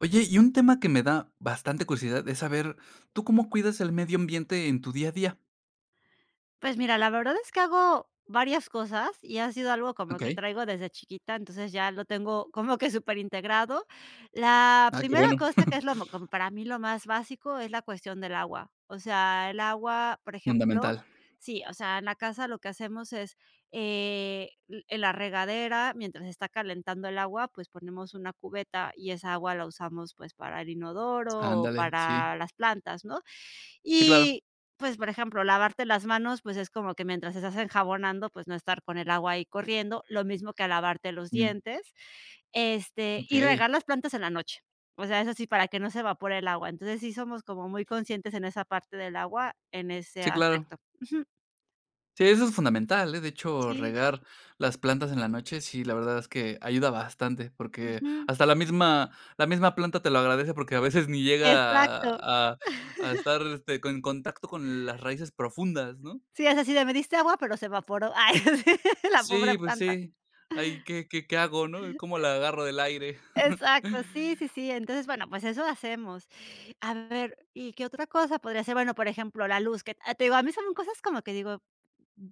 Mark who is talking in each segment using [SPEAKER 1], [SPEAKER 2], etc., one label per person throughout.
[SPEAKER 1] Oye, y un tema que me da bastante curiosidad es saber, ¿tú cómo cuidas el medio ambiente en tu día a día?
[SPEAKER 2] Pues mira, la verdad es que hago varias cosas y ha sido algo como
[SPEAKER 1] ¿Ok?
[SPEAKER 2] que traigo desde chiquita, entonces ya lo tengo como que súper integrado. La
[SPEAKER 1] Ah, qué
[SPEAKER 2] primera
[SPEAKER 1] bueno,
[SPEAKER 2] cosa que es lo mo como para mí lo más básico es la cuestión del agua. O sea, el agua, por ejemplo,
[SPEAKER 1] fundamental.
[SPEAKER 2] sí, o sea, en la casa lo que hacemos es, l en la regadera, mientras está calentando el agua, pues ponemos una cubeta y esa agua la usamos, pues, para el inodoro o
[SPEAKER 1] Ándale, sí.
[SPEAKER 2] para las plantas, ¿no?
[SPEAKER 1] Sí, claro.
[SPEAKER 2] Y, pues, por ejemplo, lavarte las manos, pues, es como que mientras estás enjabonando, pues, no estar con el agua ahí corriendo, lo mismo que a lavarte los
[SPEAKER 1] Mm,
[SPEAKER 2] dientes, y
[SPEAKER 1] okey.
[SPEAKER 2] regar las plantas en la noche. O sea, eso sí, para que no se evapore el agua. Entonces, sí somos como muy conscientes en esa parte del agua, en ese
[SPEAKER 1] Sí, claro.
[SPEAKER 2] aspecto. Ujú.
[SPEAKER 1] Sí, eso es fundamental, ¿eh? De hecho,
[SPEAKER 2] Sí,
[SPEAKER 1] regar las plantas en la noche, sí, la verdad es que ayuda bastante, porque
[SPEAKER 2] ujú.
[SPEAKER 1] hasta la misma planta te lo agradece, porque a veces ni llega
[SPEAKER 2] Exacto.
[SPEAKER 1] a estar, con- en contacto con las raíces profundas, ¿no?
[SPEAKER 2] Sí, es así de: "Me diste agua, pero se evaporó". Ay, sí, la
[SPEAKER 1] Sí,
[SPEAKER 2] pobre
[SPEAKER 1] pues
[SPEAKER 2] planta.
[SPEAKER 1] sí. Ahí, ¿qué hago, no? ¿Cómo la agarro del aire?
[SPEAKER 2] Exacto, sí, sí, sí. Entonces, bueno, pues, eso hacemos. A ver, ¿y qué otra cosa podría ser? Bueno, por ejemplo, la luz, que, ah, te digo, a mí son cosas como que digo,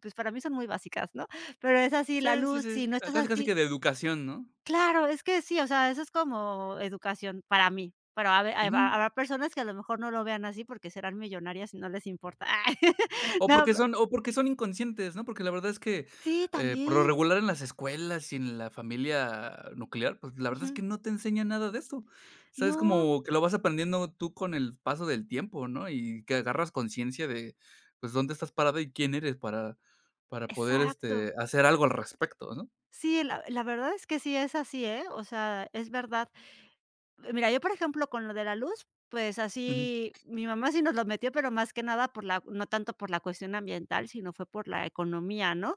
[SPEAKER 2] pues, para mí son muy básicas, ¿no? Pero es así, la
[SPEAKER 1] Sí, sí,
[SPEAKER 2] luz, si
[SPEAKER 1] sí.
[SPEAKER 2] no
[SPEAKER 1] Ah,
[SPEAKER 2] estás
[SPEAKER 1] casi, casi
[SPEAKER 2] así
[SPEAKER 1] que de educación, ¿no?
[SPEAKER 2] claro, es que sí, o sea, eso es como educación para mí, pero habe hab
[SPEAKER 1] Ujú.
[SPEAKER 2] habrá habrá personas que a lo mejor no lo vean así porque serán millonarias y no les importa.
[SPEAKER 1] O
[SPEAKER 2] No,
[SPEAKER 1] porque son o porque son inconscientes, ¿no? Porque la verdad es que,
[SPEAKER 2] sí,
[SPEAKER 1] por lo
[SPEAKER 2] también.
[SPEAKER 1] regular en las escuelas y en la familia nuclear, pues, la verdad es
[SPEAKER 2] Ujú.
[SPEAKER 1] que no te enseñan nada de esto. O sea, es
[SPEAKER 2] No,
[SPEAKER 1] como que lo vas aprendiendo tú con el paso del tiempo, ¿no? Y que agarras conciencia de, pues, dónde estás parada y quién eres para poder,
[SPEAKER 2] exacto.
[SPEAKER 1] hacer algo al respecto, ¿no?
[SPEAKER 2] Sí, la verdad es que sí es así, ¿eh? O sea, es verdad. Mira, yo, por ejemplo, con lo de la luz, pues
[SPEAKER 1] Ujú.
[SPEAKER 2] así, mi mamá sí nos lo metió, pero más que nada por la no tanto por la cuestión ambiental, sino fue por la economía, ¿no?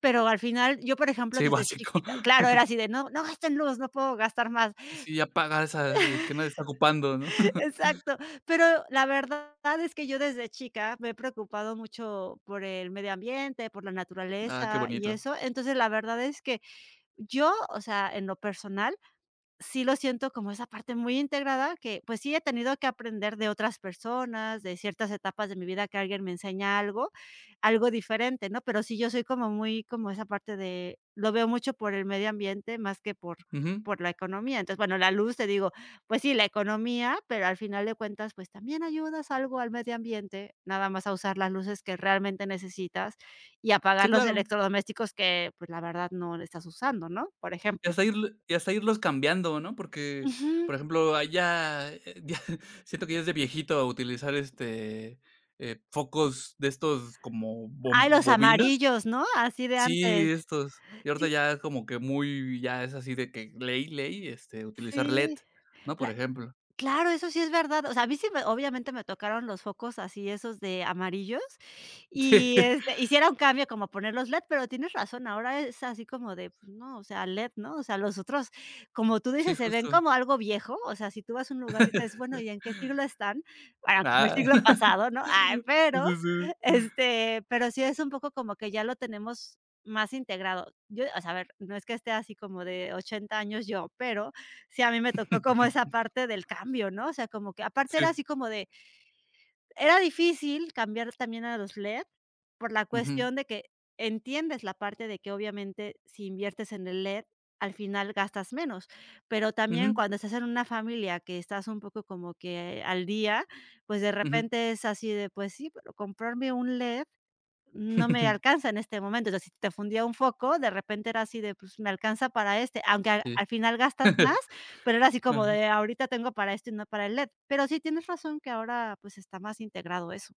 [SPEAKER 2] Pero al final, yo, por ejemplo,
[SPEAKER 1] Sí,
[SPEAKER 2] desde
[SPEAKER 1] básico.
[SPEAKER 2] chiquita claro, era así de: "No, no gasten luz, no puedo gastar más".
[SPEAKER 1] Sí, ya pagar esa de que nadie está ocupando, ¿no?
[SPEAKER 2] Exacto. Pero la verdad es que yo desde chica me he preocupado mucho por el medio ambiente, por la
[SPEAKER 1] Ah, qué
[SPEAKER 2] naturaleza y
[SPEAKER 1] bonito.
[SPEAKER 2] eso. Entonces, la verdad es que yo, o sea, en lo personal, sí lo siento como esa parte muy integrada que, pues, sí he tenido que aprender de otras personas, de ciertas etapas de mi vida que alguien me enseña algo, algo diferente, ¿no? Pero sí, yo soy como muy como esa parte de lo veo mucho por el medio ambiente más que por
[SPEAKER 1] Ujú.
[SPEAKER 2] por la economía. Entonces, bueno, la luz, te digo, pues sí, la economía, pero al final de cuentas, pues también ayudas algo al medio ambiente, nada más a usar las luces que realmente necesitas y apagar
[SPEAKER 1] Sí,
[SPEAKER 2] los
[SPEAKER 1] claro.
[SPEAKER 2] electrodomésticos que, pues, la verdad no estás usando, ¿no? Por
[SPEAKER 1] Y
[SPEAKER 2] ejemplo.
[SPEAKER 1] hasta ir y hasta irlos cambiando, ¿no? Porque,
[SPEAKER 2] Ujú.
[SPEAKER 1] por ejemplo, allá ya siento que ya es de viejito utilizar, focos de estos como
[SPEAKER 2] Ay,
[SPEAKER 1] bom
[SPEAKER 2] los
[SPEAKER 1] bobinas.
[SPEAKER 2] amarillos, ¿no? Así de antes.
[SPEAKER 1] Sí, estos. Y ahorita ya es como que muy ya es así de que utilizar LED,
[SPEAKER 2] Sí.
[SPEAKER 1] ¿no? Por ejemplo.
[SPEAKER 2] Claro, eso sí es verdad. O sea, a mí sí me obviamente me tocaron los focos así, esos de amarillos,
[SPEAKER 1] Sí,
[SPEAKER 2] y sí un cambio como poner los LED, pero tienes razón, ahora es así como de, pues no, o sea, LED, ¿no? O sea, los otros, como tú
[SPEAKER 1] sí,
[SPEAKER 2] dices, se ven
[SPEAKER 1] justo.
[SPEAKER 2] como algo viejo, o sea, si tú vas a un lugar y dices: "Bueno, ¿y en qué siglo están?". Bueno, como el
[SPEAKER 1] Ah.
[SPEAKER 2] siglo pasado, ¿no? Ay, pero,
[SPEAKER 1] Sí, sí.
[SPEAKER 2] este, pero sí es un poco como que ya lo tenemos más integrado. Yo, o sea, a ver, no es que esté así como de 80 años yo, pero sí, a mí me tocó como esa parte del cambio, ¿no? O sea, como que aparte era
[SPEAKER 1] Sí.
[SPEAKER 2] así como de era difícil cambiar también a los LED por la
[SPEAKER 1] Ujú.
[SPEAKER 2] cuestión de que entiendes la parte de que obviamente si inviertes en el LED, al final gastas menos, pero también
[SPEAKER 1] Ujú,
[SPEAKER 2] cuando estás en una familia que estás un poco como que al día, pues de
[SPEAKER 1] ujú.
[SPEAKER 2] repente es así de, pues sí, pero comprarme un LED no me alcanza en este momento, o sea, si te fundía un foco, de repente era así de, pues, me alcanza para este, aunque al
[SPEAKER 1] Sí.
[SPEAKER 2] al final gastas más, pero era así como
[SPEAKER 1] Ajá.
[SPEAKER 2] de ahorita tengo para esto y no para el LED. Pero sí tienes razón que ahora, pues, está más integrado eso.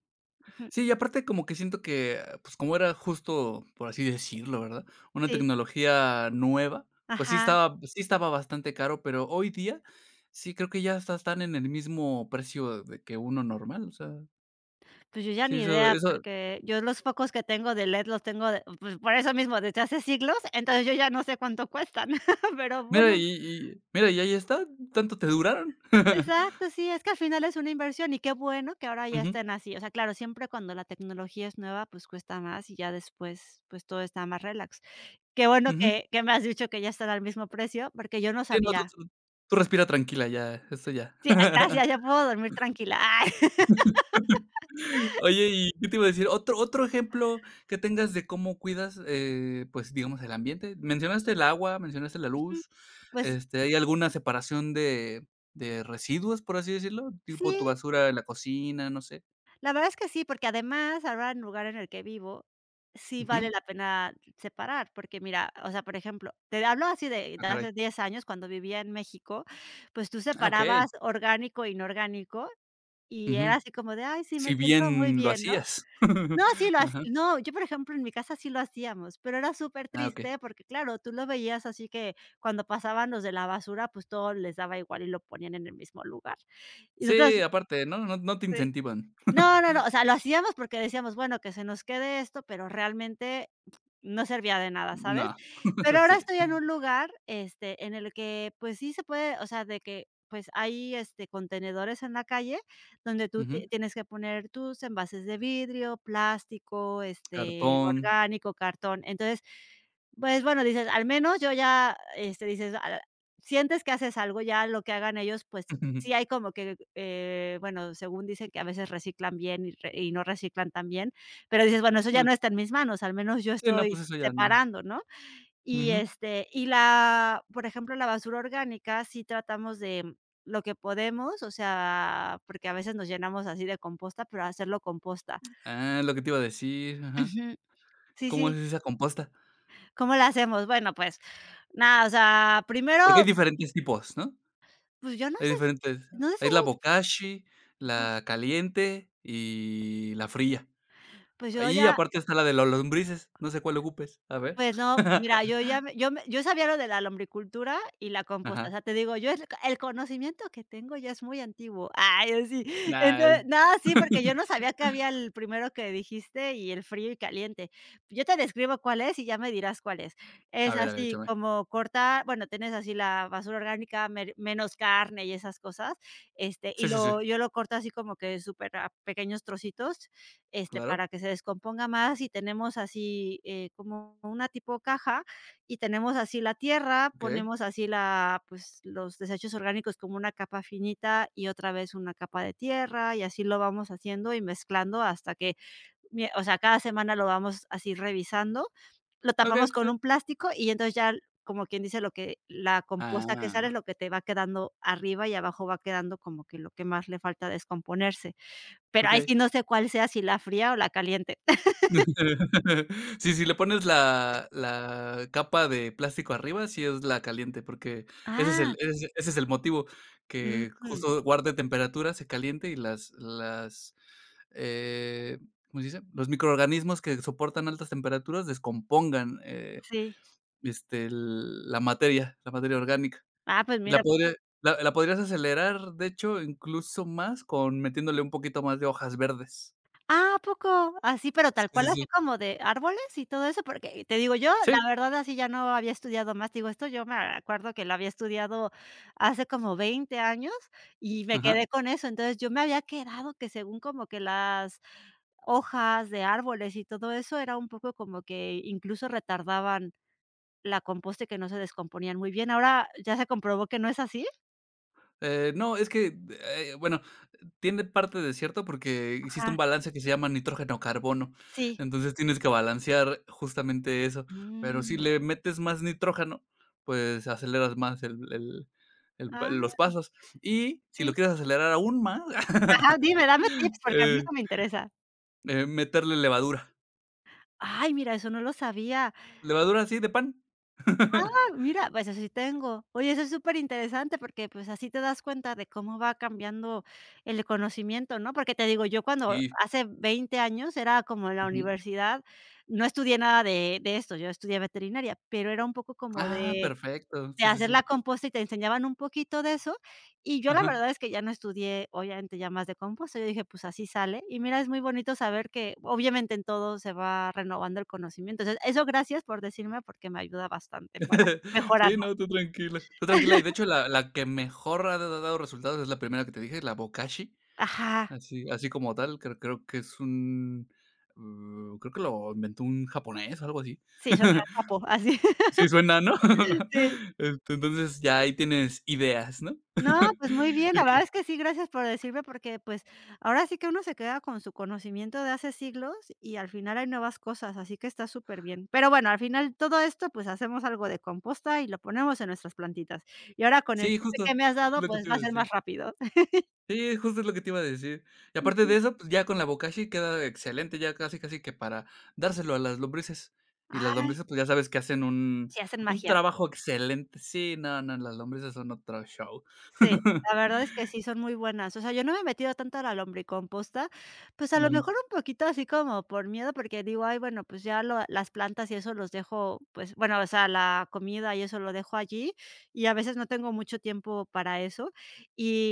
[SPEAKER 2] Ujú.
[SPEAKER 1] Sí, y aparte como que siento que, pues, como era justo, por así decirlo, ¿verdad? Una
[SPEAKER 2] Sí.
[SPEAKER 1] tecnología nueva,
[SPEAKER 2] Ajá.
[SPEAKER 1] pues sí estaba bastante caro, pero hoy día sí creo que ya hasta están en el mismo precio de que uno normal, o sea,
[SPEAKER 2] Pues, yo ya
[SPEAKER 1] sí,
[SPEAKER 2] ni
[SPEAKER 1] eso
[SPEAKER 2] idea,
[SPEAKER 1] eso
[SPEAKER 2] porque yo los focos que tengo de LED los tengo de pues, por eso mismo, desde hace siglos, entonces yo ya no sé cuánto cuestan, pero
[SPEAKER 1] mira,
[SPEAKER 2] bueno.
[SPEAKER 1] mira, y ahí está, tanto te duraron.
[SPEAKER 2] Exacto, sí, es que al final es una inversión y qué bueno que ahora ya
[SPEAKER 1] Ujú,
[SPEAKER 2] estén así. O sea, claro, siempre cuando la tecnología es nueva, pues cuesta más y ya después, pues todo está más relax. Qué bueno
[SPEAKER 1] ujú.
[SPEAKER 2] que me has dicho que ya están al mismo precio, porque yo no
[SPEAKER 1] Sí, no, tú
[SPEAKER 2] sabía.
[SPEAKER 1] tú tú respira tranquila ya, esto ya.
[SPEAKER 2] Sí, ay, gracias, ya puedo dormir tranquila. Ay,
[SPEAKER 1] Oye, ¿y qué te iba a decir? Otro ejemplo que tengas de cómo cuidas, pues, digamos, el ambiente. Mencionaste el agua, mencionaste la luz,
[SPEAKER 2] pues
[SPEAKER 1] ¿hay alguna separación de residuos, por así decirlo? Tipo tu
[SPEAKER 2] sí.
[SPEAKER 1] basura en la cocina, no sé.
[SPEAKER 2] La verdad es que sí, porque además, ahora en el lugar en el que vivo, sí vale
[SPEAKER 1] Ujú.
[SPEAKER 2] la pena separar, porque mira, o sea, por ejemplo, te hablo así de
[SPEAKER 1] Ah,
[SPEAKER 2] de
[SPEAKER 1] caray.
[SPEAKER 2] hace 10 años, cuando vivía en México, pues tú
[SPEAKER 1] Ah, okey.
[SPEAKER 2] separabas orgánico e inorgánico, y era
[SPEAKER 1] Ujú.
[SPEAKER 2] así como de: "Ay, sí, me
[SPEAKER 1] Si
[SPEAKER 2] siento muy
[SPEAKER 1] bien lo
[SPEAKER 2] bien", ¿no?
[SPEAKER 1] hacías.
[SPEAKER 2] No, sí lo hac
[SPEAKER 1] Ajá.
[SPEAKER 2] no, yo, por ejemplo, en mi casa sí lo hacíamos, pero era súper
[SPEAKER 1] Ah, okey.
[SPEAKER 2] triste porque, claro, tú lo veías así que cuando pasaban los de la basura, pues todo les daba igual y lo ponían en el mismo lugar. Y
[SPEAKER 1] Sí,
[SPEAKER 2] nosotros
[SPEAKER 1] aparte, ¿no? No te
[SPEAKER 2] sí.
[SPEAKER 1] incentivan.
[SPEAKER 2] No, no, no, o sea, lo hacíamos porque decíamos: "Bueno, que se nos quede esto", pero realmente no servía de nada, ¿sabes?
[SPEAKER 1] No.
[SPEAKER 2] Pero ahora
[SPEAKER 1] Sí.
[SPEAKER 2] estoy en un lugar, en el que, pues, sí se puede, o sea, de que, pues, hay, contenedores en la calle donde tú ti
[SPEAKER 1] Ujú.
[SPEAKER 2] tienes que poner tus envases de vidrio, plástico,
[SPEAKER 1] Cartón.
[SPEAKER 2] orgánico, cartón. Entonces, pues, bueno, dices, al menos yo ya, dices, ah, sientes que haces algo, ya lo que hagan ellos, pues, sí hay como que, bueno, según dicen que a veces reciclan bien y no reciclan tan bien, pero dices: "Bueno, eso ya
[SPEAKER 1] Ah,
[SPEAKER 2] no está en mis manos, al menos yo
[SPEAKER 1] sí, no, pues
[SPEAKER 2] estoy
[SPEAKER 1] eso ya no.
[SPEAKER 2] separando", ¿no? Y,
[SPEAKER 1] Ujú.
[SPEAKER 2] y la por ejemplo, la basura orgánica sí tratamos de lo que podemos, o sea, porque a veces nos llenamos así de composta, pero hacerlo composta.
[SPEAKER 1] Ah, lo que te iba a decir, ajá.
[SPEAKER 2] Ujú. Sí,
[SPEAKER 1] ¿Cómo es
[SPEAKER 2] sí.
[SPEAKER 1] esa composta?
[SPEAKER 2] ¿Cómo la hacemos? Bueno, pues, nada, o sea,
[SPEAKER 1] Porque hay
[SPEAKER 2] primero,
[SPEAKER 1] diferentes tipos, ¿no?
[SPEAKER 2] pues, yo no
[SPEAKER 1] Hay
[SPEAKER 2] sé, si-
[SPEAKER 1] diferentes,
[SPEAKER 2] no sé,
[SPEAKER 1] hay la
[SPEAKER 2] si-
[SPEAKER 1] bokashi, la caliente y la fría.
[SPEAKER 2] pues, yo
[SPEAKER 1] Y
[SPEAKER 2] ya
[SPEAKER 1] aparte está la de los lombrices, no sé cuál ocupes, a ver.
[SPEAKER 2] pues no, pues mira, yo ya me yo sabía lo de la lombricultura y la composta, o
[SPEAKER 1] Ajá.
[SPEAKER 2] sea, te digo, yo el conocimiento que tengo ya es muy antiguo. Ay, así.
[SPEAKER 1] Nah, el-
[SPEAKER 2] Entonces, no, sí, porque yo no sabía que había el primero que dijiste y el frío y caliente. Yo te describo cuál es y ya me dirás cuál es. Es
[SPEAKER 1] a ver,
[SPEAKER 2] así
[SPEAKER 1] échame.
[SPEAKER 2] como cortar, bueno, tienes así la basura orgánica, mer menos carne y esas cosas, y
[SPEAKER 1] Sí, sí, sí,
[SPEAKER 2] lo yo lo corto así como que súper a pequeños trocitos,
[SPEAKER 1] claro.
[SPEAKER 2] para que se descomponga más y tenemos así, como una tipo caja y tenemos así la tierra,
[SPEAKER 1] Okey,
[SPEAKER 2] ponemos así la pues, los desechos orgánicos como una capa finita y otra vez una capa de tierra, y así lo vamos haciendo y mezclando hasta que, mie o sea, cada semana lo vamos así revisando, lo
[SPEAKER 1] okey,
[SPEAKER 2] tapamos con
[SPEAKER 1] sí.
[SPEAKER 2] un plástico y entonces ya, como quien dice, lo que la composta que sale es
[SPEAKER 1] Ah,
[SPEAKER 2] lo que te va quedando arriba y abajo va quedando como que lo que más le falta descomponerse. Pero ahí
[SPEAKER 1] okey.
[SPEAKER 2] sí no sé cuál sea, si la fría o la caliente.
[SPEAKER 1] Sí, si le pones la capa de plástico arriba, sí es la caliente, porque
[SPEAKER 2] Ah,
[SPEAKER 1] ese es el motivo, que
[SPEAKER 2] ujú,
[SPEAKER 1] justo guarde temperatura, se caliente y eh, ¿cómo se dice? Los microorganismos que soportan altas temperaturas descompongan,
[SPEAKER 2] sí.
[SPEAKER 1] el la materia orgánica.
[SPEAKER 2] Ah, pues
[SPEAKER 1] Y la
[SPEAKER 2] mira.
[SPEAKER 1] podría la podrías acelerar, de hecho, incluso más con metiéndole un poquito más de hojas verdes.
[SPEAKER 2] Ah, ¿a poco? Así, pero
[SPEAKER 1] Sí,
[SPEAKER 2] tal cual,
[SPEAKER 1] sí, sí.
[SPEAKER 2] así como de árboles y todo eso, porque te digo, yo la
[SPEAKER 1] Sí,
[SPEAKER 2] verdad así ya no había estudiado más. Digo, esto yo me acuerdo que lo había estudiado hace como 20 años y me
[SPEAKER 1] ajá.
[SPEAKER 2] quedé con eso. Entonces, yo me había quedado que según como que las hojas de árboles y todo eso era un poco como que incluso retardaban la composta y que no se descomponían muy bien. Ahora ya se comprobó que no es así.
[SPEAKER 1] No, es que, bueno, tiene parte de cierto porque existe un balance que se llama nitrógeno-carbono.
[SPEAKER 2] Sí.
[SPEAKER 1] Entonces tienes que balancear justamente eso. Pero si
[SPEAKER 2] Mm.
[SPEAKER 1] le metes más nitrógeno, pues aceleras más el pa los
[SPEAKER 2] Ah,
[SPEAKER 1] pasos. Y si lo
[SPEAKER 2] sí.
[SPEAKER 1] quieres acelerar aún más,
[SPEAKER 2] Ajá, dime, dame tips, porque a mí
[SPEAKER 1] eh,
[SPEAKER 2] eso me interesa.
[SPEAKER 1] meterle levadura.
[SPEAKER 2] Ay, mira, eso no lo sabía.
[SPEAKER 1] Levadura así de pan.
[SPEAKER 2] Ah, mira, pues eso sí tengo. Oye, eso es superinteresante porque, pues, así te das cuenta de cómo va cambiando el conocimiento, ¿no? Porque te digo, yo cuando
[SPEAKER 1] Sí.
[SPEAKER 2] hace 20 años era como en la
[SPEAKER 1] Ujú.
[SPEAKER 2] universidad, no estudié nada de esto, yo estudié veterinaria, pero era un poco como
[SPEAKER 1] Ah,
[SPEAKER 2] de
[SPEAKER 1] perfecto.
[SPEAKER 2] de
[SPEAKER 1] Sí, sí,
[SPEAKER 2] hacer
[SPEAKER 1] sí.
[SPEAKER 2] la composta y te enseñaban un poquito de eso, y yo la
[SPEAKER 1] Ajá.
[SPEAKER 2] verdad es que ya no estudié, obviamente, ya más de composta, yo dije: "Pues así sale", y mira, es muy bonito saber que, obviamente, en todo se va renovando el conocimiento. Entonces, eso gracias por decirme, porque me ayuda bastante para
[SPEAKER 1] Sí,
[SPEAKER 2] mejorarlo.
[SPEAKER 1] no, tú tranquila. Tú tranquila, y de hecho la que mejor ha da dado resultados es la primera que te dije, la Bokashi,
[SPEAKER 2] Ajá,
[SPEAKER 1] así así como tal, creo que es un, mm, creo que lo inventó un japonés o algo así.
[SPEAKER 2] sí, suena capo, así,
[SPEAKER 1] Sí suena, ¿no?
[SPEAKER 2] sí.
[SPEAKER 1] Este, entonces ya ahí tienes ideas, ¿no?
[SPEAKER 2] No, pues muy bien, la
[SPEAKER 1] Y
[SPEAKER 2] verdad
[SPEAKER 1] que
[SPEAKER 2] es que sí, gracias por decirme, porque, pues, ahora sí que uno se queda con su conocimiento de hace siglos y al final hay nuevas cosas, así que está súper bien. Pero bueno, al final todo esto, pues, hacemos algo de composta y lo ponemos en nuestras plantitas. Y ahora con el
[SPEAKER 1] sí,
[SPEAKER 2] tip
[SPEAKER 1] justo,
[SPEAKER 2] que me has dado,
[SPEAKER 1] lo que
[SPEAKER 2] pues,
[SPEAKER 1] te
[SPEAKER 2] va
[SPEAKER 1] iba
[SPEAKER 2] a
[SPEAKER 1] a
[SPEAKER 2] ser
[SPEAKER 1] decir.
[SPEAKER 2] más rápido.
[SPEAKER 1] Sí, justo es lo que te iba a decir. Y aparte de
[SPEAKER 2] Ujú.
[SPEAKER 1] eso, pues, ya con la bokashi queda excelente, ya casi, casi que para dárselo a las lombrices. Y las
[SPEAKER 2] Ay,
[SPEAKER 1] lombrices, pues, ya sabes que hacen
[SPEAKER 2] sí, hacen
[SPEAKER 1] un
[SPEAKER 2] magia.
[SPEAKER 1] trabajo excelente. Sí, no, no, las lombrices son otro show.
[SPEAKER 2] Sí, la verdad es que sí son muy buenas. O sea, yo no me he metido tanto a la lombricomposta, pues, a lo
[SPEAKER 1] Ujú,
[SPEAKER 2] mejor un poquito así como por miedo, porque digo: "Ay, bueno, pues, ya lo las plantas y eso los dejo, pues, bueno, o sea, la comida y eso lo dejo allí", y a veces no tengo mucho tiempo para eso.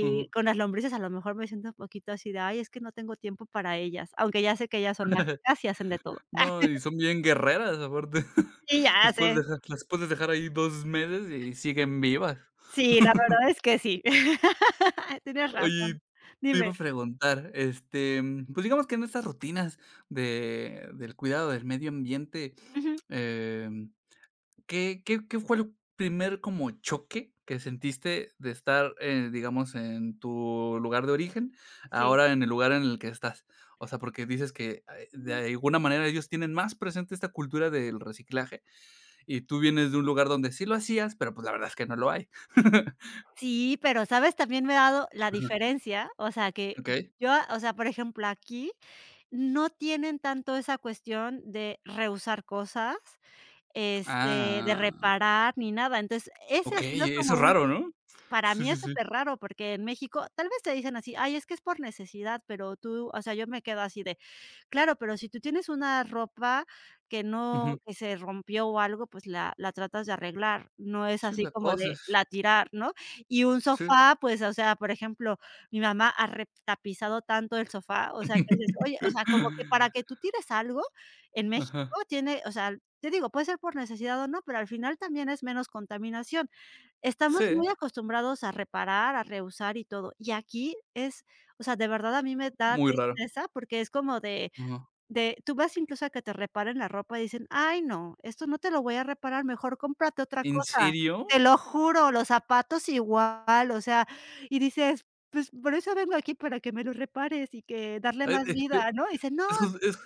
[SPEAKER 1] ujú.
[SPEAKER 2] con las lombrices a lo mejor me siento un poquito así de: "Ay, es que no tengo tiempo para ellas", aunque ya sé que ellas son mágicas y hacen de todo.
[SPEAKER 1] No, y son bien guerreras, aparte.
[SPEAKER 2] Sí, ya sé.
[SPEAKER 1] Las puedes dejar ahí 2 meses y siguen vivas.
[SPEAKER 2] Sí, la verdad es que sí. Tienes razón.
[SPEAKER 1] Oye, te iba
[SPEAKER 2] Dime.
[SPEAKER 1] a preguntar, mm, pues, digamos que en estas rutinas de del cuidado del medio ambiente,
[SPEAKER 2] Ujú.
[SPEAKER 1] em, ¿qué fue el primer como choque que sentiste de estar, digamos, en tu lugar de origen,
[SPEAKER 2] Sí.
[SPEAKER 1] ahora en el lugar en el que estás? O sea, porque dices que, de alguna manera ellos tienen más presente esta cultura del reciclaje, y tú vienes de un lugar donde sí lo hacías, pero, pues, la verdad es que no lo hay.
[SPEAKER 2] Sí, pero, ¿sabes? También me he dado la
[SPEAKER 1] Ujú,
[SPEAKER 2] diferencia, o sea, que
[SPEAKER 1] okey.
[SPEAKER 2] yo, o sea, por ejemplo, aquí no tienen tanto esa cuestión de reusar cosas, este, de
[SPEAKER 1] Ah.
[SPEAKER 2] reparar ni nada. Entonces, ese ha sido
[SPEAKER 1] Okey, eso
[SPEAKER 2] como
[SPEAKER 1] es
[SPEAKER 2] un,
[SPEAKER 1] raro, ¿no?
[SPEAKER 2] para
[SPEAKER 1] Sí,
[SPEAKER 2] mí
[SPEAKER 1] sí,
[SPEAKER 2] es
[SPEAKER 1] sí.
[SPEAKER 2] súper raro, porque en México tal vez te dicen así: "Ay, es que es por necesidad", pero tú, o sea, yo me quedo así de claro, pero si tú tienes una ropa que no,
[SPEAKER 1] Ujú.
[SPEAKER 2] que se rompió o algo, pues la tratas de arreglar, no es
[SPEAKER 1] Sí,
[SPEAKER 2] así
[SPEAKER 1] la
[SPEAKER 2] como
[SPEAKER 1] cosa
[SPEAKER 2] de
[SPEAKER 1] es
[SPEAKER 2] la tirar, ¿no? Y un
[SPEAKER 1] sí.
[SPEAKER 2] sofá, pues, o sea, por ejemplo, mi mamá ha retapizado tanto el sofá, o sea, que dices: "Oye", o sea, como que para que tú tires algo en México
[SPEAKER 1] Ajá.
[SPEAKER 2] tiene, o sea, te digo, puede ser por necesidad o no, pero al final también es menos contaminación. Estamos
[SPEAKER 1] Sí,
[SPEAKER 2] muy acostumbrados a reparar, a reusar y todo, y aquí es, o sea, de verdad a mí me da
[SPEAKER 1] muy raro.
[SPEAKER 2] tristeza porque es como de
[SPEAKER 1] Ajá.
[SPEAKER 2] tú vas incluso a que te reparen la ropa y dicen: "Ay, no, esto no te lo voy a reparar, mejor cómprate otra
[SPEAKER 1] ¿En
[SPEAKER 2] cosa".
[SPEAKER 1] serio?
[SPEAKER 2] Te lo juro, los zapatos igual, o sea, y dices: "Pues por eso vengo aquí, para que me los repares y que darle
[SPEAKER 1] Ay,
[SPEAKER 2] más vida", ¿no? Y dice: "No".
[SPEAKER 1] es jus es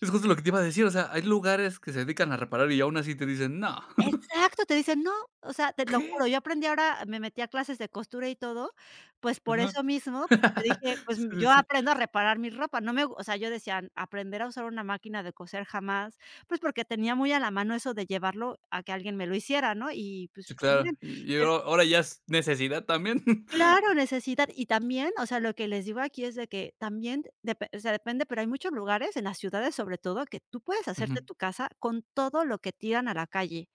[SPEAKER 1] es justo lo que te iba a decir, o sea, hay lugares que se dedican a reparar y aún así te dicen: "No".
[SPEAKER 2] Exacto, te dicen: "No", o sea, te lo
[SPEAKER 1] ¿Qué?
[SPEAKER 2] juro, yo aprendí ahora, me metí a clases de costura y todo, pues, por
[SPEAKER 1] Ajá.
[SPEAKER 2] eso mismo, porque dije: "Pues,
[SPEAKER 1] Sí, sí,
[SPEAKER 2] yo
[SPEAKER 1] sí.
[SPEAKER 2] aprendo a reparar mi ropa", no me o sea, yo decía: "Aprender a usar una máquina de coser jamás", pues, porque tenía muy a la mano eso de llevarlo a que alguien me lo hiciera, ¿no? Y,
[SPEAKER 1] Sí,
[SPEAKER 2] pues,
[SPEAKER 1] claro.
[SPEAKER 2] bien,
[SPEAKER 1] Y a
[SPEAKER 2] pero
[SPEAKER 1] Ahora ya es necesidad también.
[SPEAKER 2] claro, necesidad. Y también, o sea, lo que les digo aquí es de que también depe o sea, depende, pero hay muchos lugares, en las ciudades sobre todo, que tú puedes
[SPEAKER 1] Ujú.
[SPEAKER 2] hacerte tu casa con todo lo que tiran a la calle,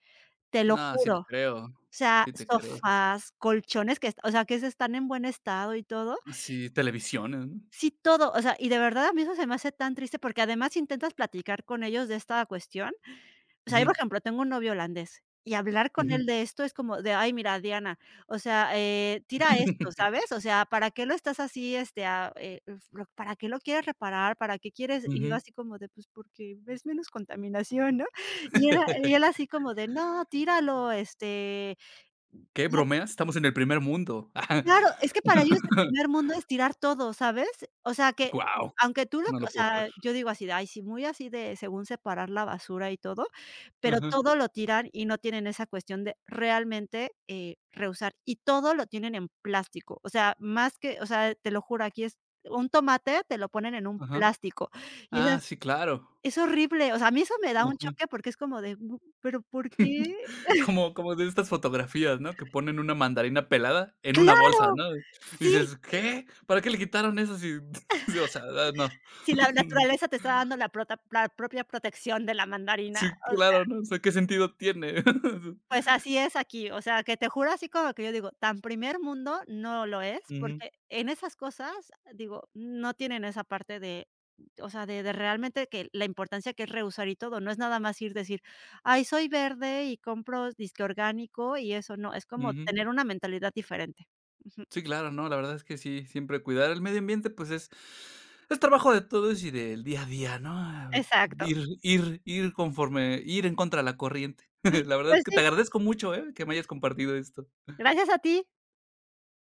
[SPEAKER 2] te lo
[SPEAKER 1] No, sí te
[SPEAKER 2] juro.
[SPEAKER 1] creo,
[SPEAKER 2] O sea,
[SPEAKER 1] sí te creo.
[SPEAKER 2] sofás, colchones que, o sea, que se están en buen estado y todo.
[SPEAKER 1] Sí, televisiones, ¿no?
[SPEAKER 2] Sí, todo, o sea, y de verdad a mí eso se me hace tan triste, porque además intentas platicar con ellos de esta cuestión. O sea, yo,
[SPEAKER 1] Ujú,
[SPEAKER 2] por ejemplo, tengo un novio holandés, y hablar con
[SPEAKER 1] ujú.
[SPEAKER 2] él de esto es como de: "Ay, mira, Diana, o sea, tira esto", ¿sabes? O sea, ¿para qué lo estás así, este, ah, f- lo para qué lo quieres reparar? ¿Para qué quieres? Y yo
[SPEAKER 1] Ujú.
[SPEAKER 2] así como de: "Pues porque ves menos contaminación", ¿no? Y él así como de: "No, tíralo, este".
[SPEAKER 1] ¿Qué? ¿Bromeas? Estamos en el primer mundo.
[SPEAKER 2] Claro, es que para ellos el primer mundo es tirar todo, ¿sabes? O sea, que
[SPEAKER 1] Guau,
[SPEAKER 2] aunque tú lo
[SPEAKER 1] no lo
[SPEAKER 2] o
[SPEAKER 1] puedo creer.
[SPEAKER 2] sea, yo digo así de: "Ay, sí", muy así de según separar la basura y todo, pero
[SPEAKER 1] Ajá,
[SPEAKER 2] todo lo tiran y no tienen esa cuestión de realmente, reusar, y todo lo tienen en plástico. O sea, más que o sea, te lo juro, aquí es un tomate te lo ponen en un
[SPEAKER 1] ajá.
[SPEAKER 2] plástico, y es
[SPEAKER 1] Ah,
[SPEAKER 2] as
[SPEAKER 1] sí, claro.
[SPEAKER 2] es horrible. O sea, a mí eso me da un
[SPEAKER 1] Ujú.
[SPEAKER 2] choque porque es como de: "Bu ¿pero por qué?".
[SPEAKER 1] Como de estas fotografías, ¿no? Que ponen una mandarina pelada en una bolsa,
[SPEAKER 2] Claro,
[SPEAKER 1] ¿no? Y
[SPEAKER 2] sí.
[SPEAKER 1] dices: "¿Qué? ¿Para qué le quitaron eso si?" Sí, o sea, ah, no.
[SPEAKER 2] Si la naturaleza te está dando la prota la propia protección de la
[SPEAKER 1] Sí,
[SPEAKER 2] mandarina, o sea,
[SPEAKER 1] claro, ¿no? O sea, ¿qué sentido tiene?
[SPEAKER 2] pues así es aquí, o sea, que te juro así como que yo digo, tan primer mundo no lo es,
[SPEAKER 1] Ujú,
[SPEAKER 2] porque en esas cosas, digo, no tienen esa parte de, o sea, de realmente que la importancia que es reusar y todo, no es nada más ir decir: "Ay, soy verde y compro disque orgánico y eso", no, es como
[SPEAKER 1] ujú.
[SPEAKER 2] tener una mentalidad diferente. Ujú,
[SPEAKER 1] Sí, claro, no, la verdad es que sí, siempre cuidar el medio ambiente, pues, es trabajo de todos y del día a día, ¿no?
[SPEAKER 2] exacto.
[SPEAKER 1] Ir conforme ir en contra de la corriente. La verdad
[SPEAKER 2] Pues
[SPEAKER 1] que te
[SPEAKER 2] sí,
[SPEAKER 1] agradezco mucho, ¿eh?, que me hayas compartido esto.
[SPEAKER 2] gracias a ti.